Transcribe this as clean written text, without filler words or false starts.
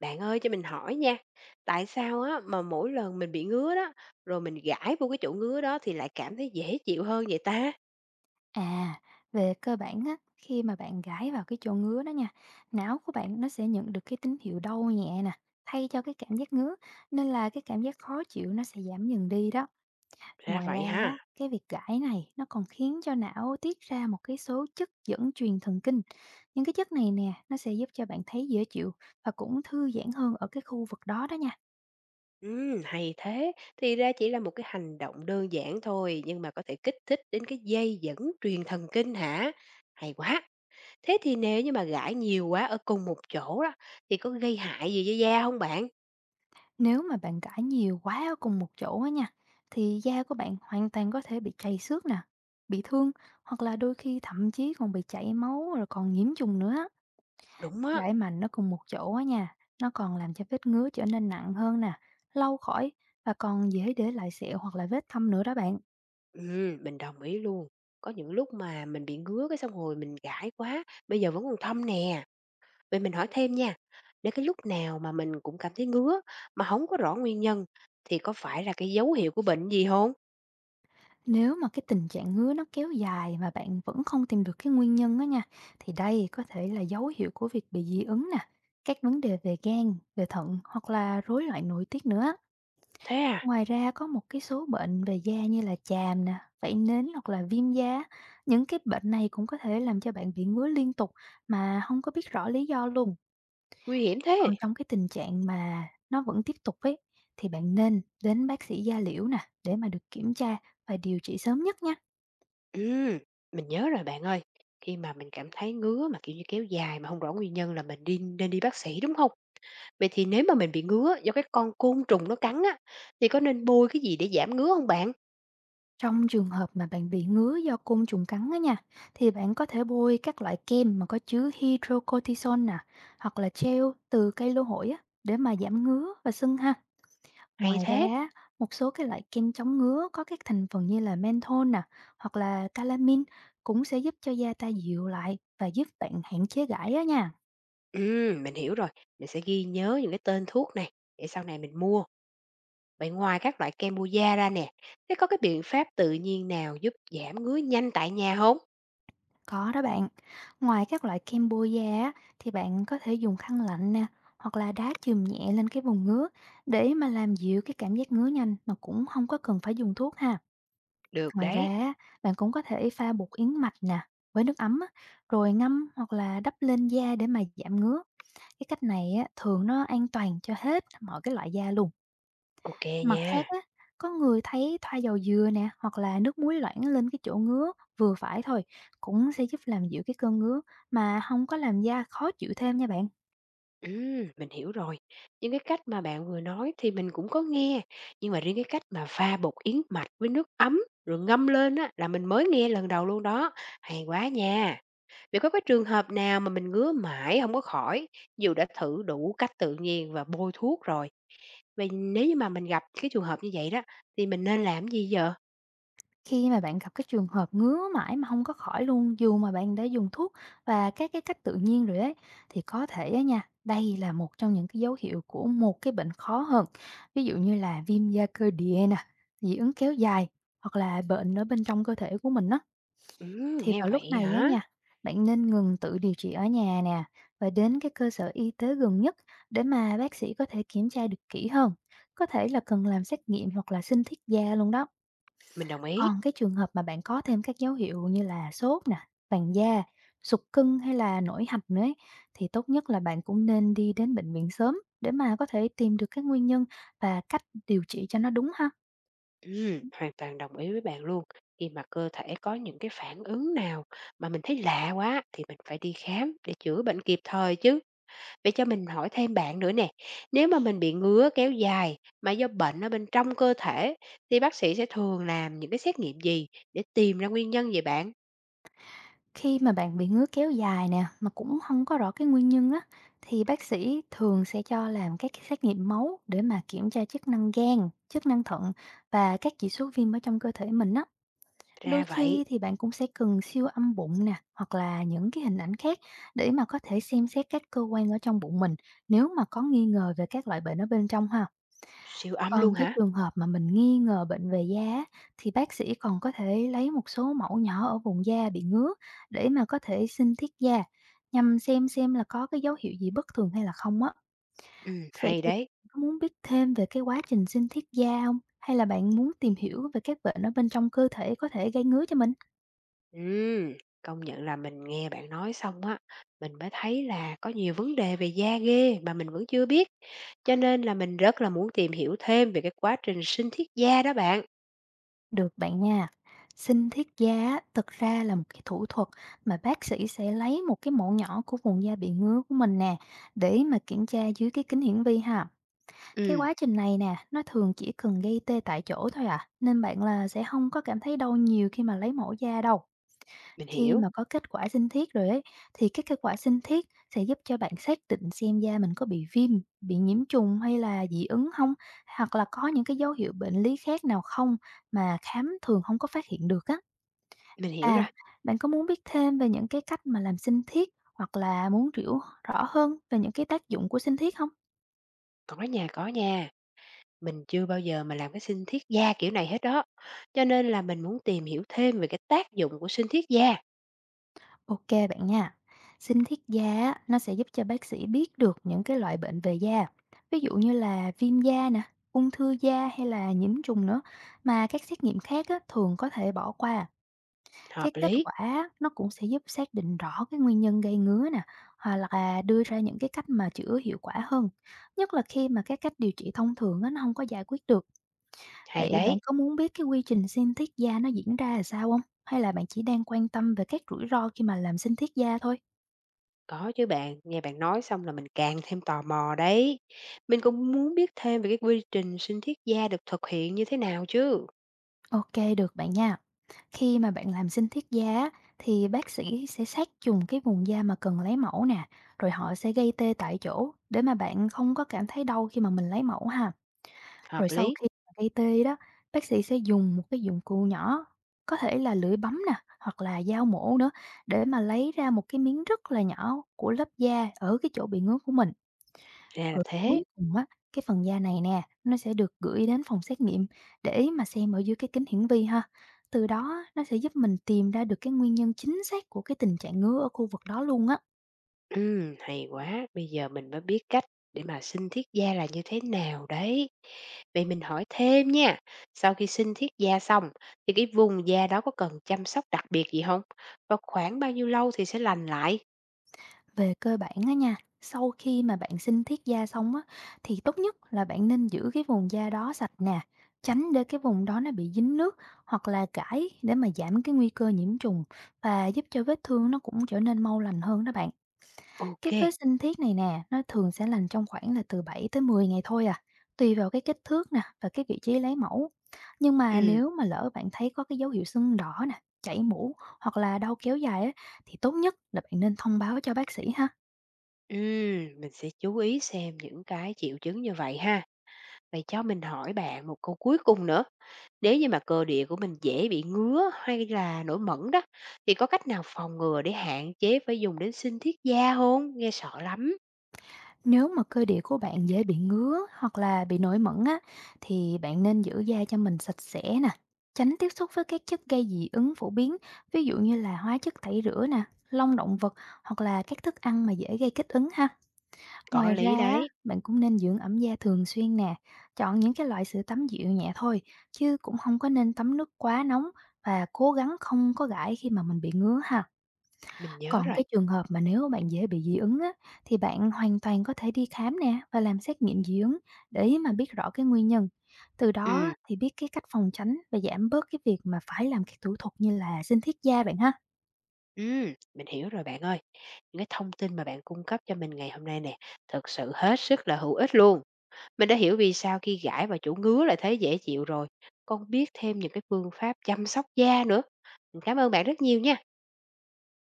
Bạn ơi cho mình hỏi nha, tại sao á mà mỗi lần mình bị ngứa đó, rồi mình gãi vô cái chỗ ngứa đó thì lại cảm thấy dễ chịu hơn vậy ta? À, về cơ bản á, khi mà bạn gãi vào cái chỗ ngứa đó nha, não của bạn nó sẽ nhận được cái tín hiệu đau nhẹ nè, thay cho cái cảm giác ngứa, nên là cái cảm giác khó chịu nó sẽ giảm dần đi đó. Ra Ngoài ra, vậy ha. á, cái việc gãi này nó còn khiến cho não tiết ra một cái số chất dẫn truyền thần kinh. Những cái chất này nè, nó sẽ giúp cho bạn thấy dễ chịu và cũng thư giãn hơn ở cái khu vực đó đó nha. Hay thế. Thì ra chỉ là một cái hành động đơn giản thôi nhưng mà có thể kích thích đến cái dây dẫn truyền thần kinh hả? Hay quá. Thế thì nếu như mà gãi nhiều quá ở cùng một chỗ đó thì có gây hại gì cho da không bạn? Nếu mà bạn cãi nhiều quá ở cùng một chỗ á nha, thì da của bạn hoàn toàn có thể bị trầy xước nè, bị thương hoặc là đôi khi thậm chí còn bị chảy máu rồi còn nhiễm trùng nữa á. Đúng á. Cãi mạnh nó cùng một chỗ á nha, nó còn làm cho vết ngứa trở nên nặng hơn nè, lâu khỏi và còn dễ để lại sẹo hoặc là vết thâm nữa đó bạn. Mình đồng ý luôn. Có những lúc mà mình bị ngứa cái xong rồi mình gãi quá, bây giờ vẫn còn thâm nè. Vậy mình hỏi thêm nha, nếu cái lúc nào mà mình cũng cảm thấy ngứa mà không có rõ nguyên nhân thì có phải là cái dấu hiệu của bệnh gì hông? Nếu mà cái tình trạng ngứa nó kéo dài mà bạn vẫn không tìm được cái nguyên nhân á nha, thì đây có thể là dấu hiệu của việc bị dị ứng nè, các vấn đề về gan, về thận hoặc là rối loạn nội tiết nữa. Thế à, Ngoài ra có một cái số bệnh về da như là chàm nè, vảy nến hoặc là viêm da. Những cái bệnh này cũng có thể làm cho bạn bị ngứa liên tục mà không có biết rõ lý do luôn. nguy hiểm Còn thế. trong cái tình trạng mà nó vẫn tiếp tục ấy, thì bạn nên đến bác sĩ da liễu nè, để mà được kiểm tra và điều trị sớm nhất nha. Ừm, mình nhớ rồi bạn ơi. Khi mà mình cảm thấy ngứa mà kiểu như kéo dài mà không rõ nguyên nhân là mình đi nên đi bác sĩ, đúng không? Vậy thì nếu mà mình bị ngứa do cái con côn trùng nó cắn á, thì có nên bôi cái gì để giảm ngứa không bạn? Trong trường hợp mà bạn bị ngứa do côn trùng cắn á nha, thì bạn có thể bôi các loại kem mà có chứa hydrocortisone nè, hoặc là gel từ cây lô hội á, để mà giảm ngứa và sưng ha. Hay Ngoài ra, thế. á, một số cái loại kem chống ngứa có các thành phần như là menthol nè, hoặc là calamine cũng sẽ giúp cho da ta dịu lại và giúp bạn hạn chế gãi á nha. Mình hiểu rồi, mình sẽ ghi nhớ những cái tên thuốc này để sau này mình mua. Vậy ngoài các loại kem bôi da ra nè, thế có cái biện pháp tự nhiên nào giúp giảm ngứa nhanh tại nhà không? Có đó bạn. Ngoài các loại kem bôi da á, thì bạn có thể dùng khăn lạnh nè, hoặc là đá chườm nhẹ lên cái vùng ngứa để mà làm dịu cái cảm giác ngứa nhanh mà cũng không có cần phải dùng thuốc ha. Được Ngoài ra đấy, á, bạn cũng có thể pha bột yến mạch nè với nước ấm á, rồi ngâm hoặc là đắp lên da để mà giảm ngứa. Cái cách này á, thường nó an toàn cho hết mọi cái loại da luôn. ok Mặt nha. khác á, có người thấy thoa dầu dừa nè hoặc là nước muối loãng lên cái chỗ ngứa vừa phải thôi cũng sẽ giúp làm dịu cái cơn ngứa mà không có làm da khó chịu thêm nha bạn. Mình hiểu rồi. Những cái cách mà bạn vừa nói thì mình cũng có nghe, nhưng mà riêng cái cách mà pha bột yến mạch với nước ấm rồi ngâm lên á là mình mới nghe lần đầu luôn đó. Hay quá nha. Vậy có cái trường hợp nào mà mình ngứa mãi không có khỏi, dù đã thử đủ cách tự nhiên và bôi thuốc rồi, vậy nếu như mà mình gặp cái trường hợp như vậy đó thì mình nên làm gì giờ? Khi mà bạn gặp cái trường hợp ngứa mãi mà không có khỏi luôn, dù mà bạn đã dùng thuốc và các cái cách tự nhiên rồi đấy, thì có thể á nha, đây là một trong những cái dấu hiệu của một cái bệnh khó hơn. Ví dụ như là viêm da cơ địa nè, dị ứng kéo dài hoặc là bệnh ở bên trong cơ thể của mình đó. Thì Nghe vào lúc vậy này á hả? nha, bạn nên ngừng tự điều trị ở nhà nè và đến cái cơ sở y tế gần nhất để mà bác sĩ có thể kiểm tra được kỹ hơn, có thể là cần làm xét nghiệm hoặc là sinh thiết da luôn đó. Mình đồng ý. Còn cái trường hợp mà bạn có thêm các dấu hiệu như là sốt nè, vàng da, sụt cân hay là nổi hạch nữa ấy, thì tốt nhất là bạn cũng nên đi đến bệnh viện sớm để mà có thể tìm được cái nguyên nhân và cách điều trị cho nó đúng ha. Hoàn toàn đồng ý với bạn luôn. Khi mà cơ thể có những cái phản ứng nào mà mình thấy lạ quá thì mình phải đi khám để chữa bệnh kịp thời chứ. Vậy cho mình hỏi thêm bạn nữa nè, nếu mà mình bị ngứa kéo dài mà do bệnh ở bên trong cơ thể thì bác sĩ sẽ thường làm những cái xét nghiệm gì để tìm ra nguyên nhân vậy bạn? Khi mà bạn bị ngứa kéo dài nè mà cũng không có rõ cái nguyên nhân á, thì bác sĩ thường sẽ cho làm các cái xét nghiệm máu để mà kiểm tra chức năng gan, chức năng thận và các chỉ số viêm ở trong cơ thể mình á. Đôi Ra vậy, khi thì bạn cũng sẽ cần siêu âm bụng nè, hoặc là những cái hình ảnh khác để mà có thể xem xét các cơ quan ở trong bụng mình nếu mà có nghi ngờ về các loại bệnh ở bên trong ha. siêu âm luôn Còn cái hả? trường hợp mà mình nghi ngờ bệnh về da á, thì bác sĩ còn có thể lấy một số mẫu nhỏ ở vùng da bị ngứa để mà có thể xin thiết da, nhằm xem là có cái dấu hiệu gì bất thường hay là không á. Vậy Hay thì đấy. có muốn biết thêm về cái quá trình sinh thiết da không? Hay là bạn muốn tìm hiểu về các bệnh ở bên trong cơ thể có thể gây ngứa cho mình? Ừm, công nhận là mình nghe bạn nói xong á, mình mới thấy là có nhiều vấn đề về da ghê mà mình vẫn chưa biết. Cho nên là mình rất là muốn tìm hiểu thêm về cái quá trình sinh thiết da đó bạn. Được bạn nha. Sinh thiết da á, thực ra là một cái thủ thuật mà bác sĩ sẽ lấy một cái mẫu nhỏ của vùng da bị ngứa của mình nè, để mà kiểm tra dưới cái kính hiển vi ha. Cái Ừm, quá trình này nè, nó thường chỉ cần gây tê tại chỗ thôi à, nên bạn là sẽ không có cảm thấy đau nhiều khi mà lấy mẫu da đâu. mình Khi hiểu, mà có kết quả sinh thiết rồi ấy, thì cái kết quả sinh thiết sẽ giúp cho bạn xác định xem da mình có bị viêm, bị nhiễm trùng hay là dị ứng không, hoặc là có những cái dấu hiệu bệnh lý khác nào không mà khám thường không có phát hiện được á. mình hiểu rồi. À, bạn có muốn biết thêm về những cái cách mà làm sinh thiết hoặc là muốn hiểu rõ hơn về những cái tác dụng của sinh thiết không? Có nha, có nha. Mình chưa bao giờ mà làm cái sinh thiết da kiểu này hết đó. Cho nên là mình muốn tìm hiểu thêm về cái tác dụng của sinh thiết da. Ok bạn nha. Sinh thiết da á, nó sẽ giúp cho bác sĩ biết được những cái loại bệnh về da. Ví dụ như là viêm da nè, ung thư da hay là nhiễm trùng nữa mà các xét nghiệm khác á, thường có thể bỏ qua. Hợp Cái kết lý, quả á, nó cũng sẽ giúp xác định rõ cái nguyên nhân gây ngứa nè, hoặc là đưa ra những cái cách mà chữa hiệu quả hơn. Nhất là khi mà các cách điều trị thông thường á, nó không có giải quyết được. hay Vậy đấy. bạn có muốn biết cái quy trình sinh thiết da nó diễn ra là sao không? Hay là bạn chỉ đang quan tâm về các rủi ro khi mà làm sinh thiết da thôi? Có chứ bạn, nghe bạn nói xong là mình càng thêm tò mò đấy. Mình cũng muốn biết thêm về cái quy trình sinh thiết da được thực hiện như thế nào chứ. OK, được bạn nha. Khi mà bạn làm sinh thiết da á, thì bác sĩ sẽ sát trùng cái vùng da mà cần lấy mẫu nè, rồi họ sẽ gây tê tại chỗ để mà bạn không có cảm thấy đau khi mà mình lấy mẫu ha. Rồi Hợp sau lý, khi mà gây tê đó, bác sĩ sẽ dùng một cái dụng cụ nhỏ, có thể là lưỡi bấm nè, hoặc là dao mổ nữa để mà lấy ra một cái miếng rất là nhỏ của lớp da ở cái chỗ bị ngứa của mình. ra là Rồi thế. cuối cùng á, cái phần da này nè, nó sẽ được gửi đến phòng xét nghiệm để mà xem ở dưới cái kính hiển vi ha. Từ đó á, nó sẽ giúp mình tìm ra được cái nguyên nhân chính xác của cái tình trạng ngứa ở khu vực đó luôn á. Ừ, hay quá, bây giờ mình mới biết cách để mà sinh thiết da là như thế nào đấy. Vậy mình hỏi thêm nha, sau khi sinh thiết da xong thì cái vùng da đó có cần chăm sóc đặc biệt gì không? Và khoảng bao nhiêu lâu thì sẽ lành lại? Về cơ bản á nha, sau khi mà bạn sinh thiết da xong á, thì tốt nhất là bạn nên giữ cái vùng da đó sạch nè, tránh để cái vùng đó nó bị dính nước hoặc là gãi để mà giảm cái nguy cơ nhiễm trùng và giúp cho vết thương nó cũng trở nên mau lành hơn đó bạn. Cái vết Ok, sinh thiết này nè, nó thường sẽ lành trong khoảng là từ 7 tới 10 ngày thôi à, tùy vào cái kích thước nè và cái vị trí lấy mẫu. Nhưng mà ừ, nếu mà lỡ bạn thấy có cái dấu hiệu sưng đỏ nè, chảy mũ hoặc là đau kéo dài á, thì tốt nhất là bạn nên thông báo cho bác sĩ ha. ừ, mình sẽ chú ý xem những cái triệu chứng như vậy ha. Vậy cho mình hỏi bạn một câu cuối cùng nữa, nếu như mà cơ địa của mình dễ bị ngứa hay là nổi mẩn đó, thì có cách nào phòng ngừa để hạn chế phải dùng đến sinh thiết da hông? Nghe sợ lắm. Nếu mà cơ địa của bạn dễ bị ngứa hoặc là bị nổi mẩn á, thì bạn nên giữ da cho mình sạch sẽ nè, tránh tiếp xúc với các chất gây dị ứng phổ biến, ví dụ như là hóa chất tẩy rửa nè, lông động vật hoặc là các thức ăn mà dễ gây kích ứng ha. Có Ngoài lý ra á, đấy, bạn cũng nên dưỡng ẩm da thường xuyên nè, chọn những cái loại sữa tắm dịu nhẹ thôi, chứ cũng không có nên tắm nước quá nóng và cố gắng không có gãi khi mà mình bị ngứa ha. mình nhớ Còn rồi. cái trường hợp mà nếu bạn dễ bị dị ứng á, thì bạn hoàn toàn có thể đi khám nè và làm xét nghiệm dị ứng để mà biết rõ cái nguyên nhân. Từ đó Ừm, thì biết cái cách phòng tránh và giảm bớt cái việc mà phải làm các thủ thuật như là sinh thiết da bạn ha. Mình hiểu rồi bạn ơi. Những cái thông tin mà bạn cung cấp cho mình ngày hôm nay nè, thực sự hết sức là hữu ích luôn. Mình đã hiểu vì sao khi gãi vào chỗ ngứa lại thấy dễ chịu rồi, còn biết thêm những cái phương pháp chăm sóc da nữa. Mình cảm ơn bạn rất nhiều nha.